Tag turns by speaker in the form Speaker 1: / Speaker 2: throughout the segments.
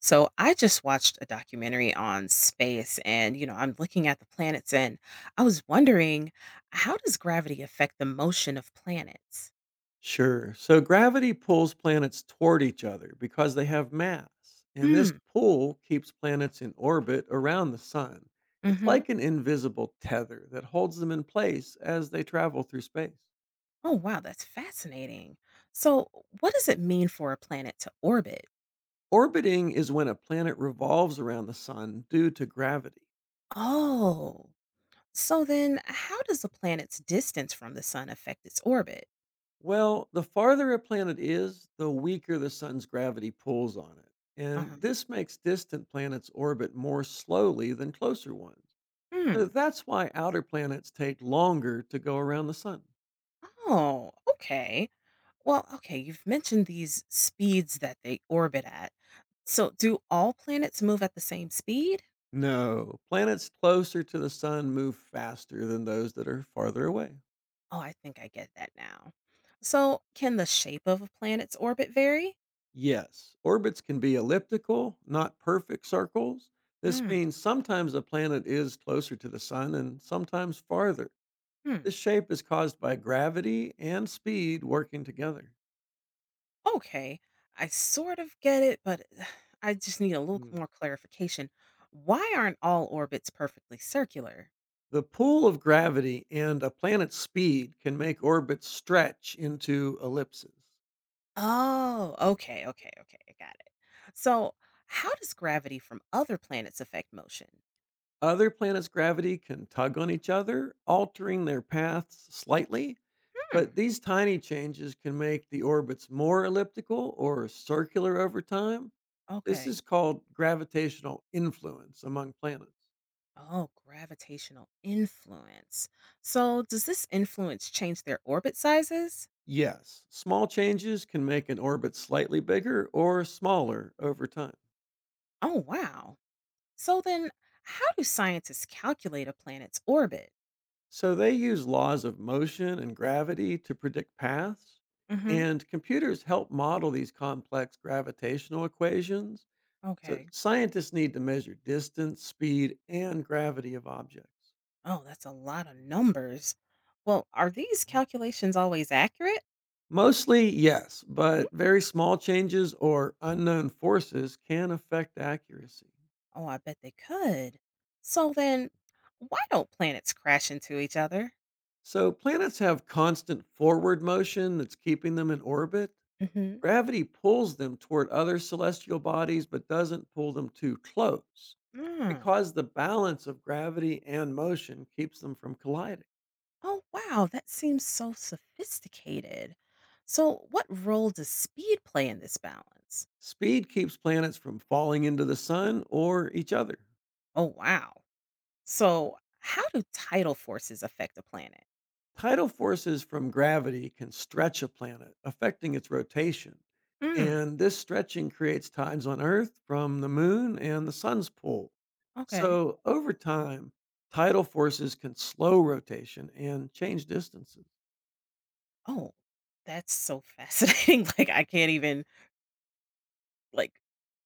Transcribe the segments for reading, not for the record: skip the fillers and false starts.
Speaker 1: So I just watched a documentary on space and I'm looking at the planets, and I was wondering, how does gravity affect the motion of planets?
Speaker 2: Sure. So gravity pulls planets toward each other because they have mass, and this
Speaker 1: Mm,
Speaker 2: pull keeps planets in orbit around the sun. It's
Speaker 1: mhm.
Speaker 2: like an invisible tether that holds them in place as they travel through space.
Speaker 1: Oh wow, that's fascinating. So what does it mean for a planet to orbit?
Speaker 2: Orbiting is when a planet revolves around the sun due to gravity.
Speaker 1: Oh. So then how does a planet's distance from the sun affect its orbit?
Speaker 2: Well, the farther a planet is, the weaker the sun's gravity pulls on it. And
Speaker 1: Uh-huh.
Speaker 2: this makes distant planets orbit more slowly than closer ones.
Speaker 1: Hmm.
Speaker 2: So that's why outer planets take longer to go around the sun.
Speaker 1: Oh, okay. Well, okay, you've mentioned these speeds that they orbit at. So, do all planets move at the same speed?
Speaker 2: No, planets closer to the sun move faster than those that are farther away.
Speaker 1: Oh, I think I get that now. So, can the shape of a planet's orbit vary?
Speaker 2: Yes, orbits can be elliptical, not perfect circles. This
Speaker 1: Mm,
Speaker 2: means sometimes a planet is closer to the sun and sometimes farther.
Speaker 1: hmm.
Speaker 2: This shape is caused by gravity and speed working together.
Speaker 1: Okay, I sort of get it, but I just need a little
Speaker 2: Mm.
Speaker 1: more clarification. Why aren't all orbits perfectly circular?
Speaker 2: The pull of gravity and a planet's speed can make orbits stretch into ellipses.
Speaker 1: Oh, okay, okay, okay, I got it. So, how does gravity from other planets affect motion?
Speaker 2: Other planets' gravity can tug on each other, altering their paths slightly,
Speaker 1: Hmm,
Speaker 2: but these tiny changes can make the orbits more elliptical or circular over time. This
Speaker 1: okay.
Speaker 2: is called gravitational influence among planets.
Speaker 1: Oh, gravitational influence. So, does this influence change their orbit sizes?
Speaker 2: Yes, small changes can make an orbit slightly bigger or smaller over time.
Speaker 1: Oh, wow. So, then how do scientists calculate a planet's orbit?
Speaker 2: So they use laws of motion and gravity to predict paths,
Speaker 1: Hmm.
Speaker 2: and computers help model these complex gravitational equations. So
Speaker 1: Okay.
Speaker 2: scientists need to measure distance, speed, and gravity of objects.
Speaker 1: Oh, that's a lot of numbers. Well, are these
Speaker 2: Mhm.
Speaker 1: calculations always accurate?
Speaker 2: Mostly, yes,
Speaker 1: Mm.
Speaker 2: but very small changes or unknown forces can affect accuracy.
Speaker 1: Oh, I bet they could. So, then why don't planets crash into each other?
Speaker 2: So, planets have constant forward motion that's keeping them in orbit.
Speaker 1: Mm
Speaker 2: Gravity pulls them toward other celestial bodies, but doesn't pull them too close
Speaker 1: hmm.
Speaker 2: because the balance of gravity and motion keeps them from colliding.
Speaker 1: Oh, wow, that seems so sophisticated. So, what role does speed play in this balance?
Speaker 2: Speed keeps planets from falling into the sun or each other.
Speaker 1: Oh, wow. So, how do tidal forces affect a planet?
Speaker 2: Tidal forces from gravity can stretch a planet, affecting its rotation.
Speaker 1: Mm,
Speaker 2: And this stretching creates tides on Earth from the moon and the sun's pull.
Speaker 1: okay.
Speaker 2: So, over time, tidal forces can slow rotation and change distances.
Speaker 1: Oh, that's so fascinating. Like, I can't even, like,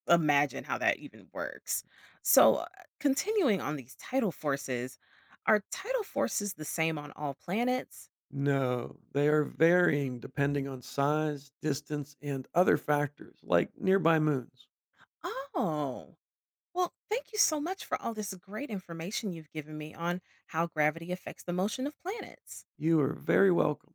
Speaker 1: imagine how that even works. So, continuing on these tidal forces, are tidal forces the same on all planets?
Speaker 2: No, they are varying depending on size, distance, and other factors like nearby moons.
Speaker 1: Oh. Well, thank you so much for all this great information you've given me on how gravity affects the motion of planets.
Speaker 2: You are very welcome.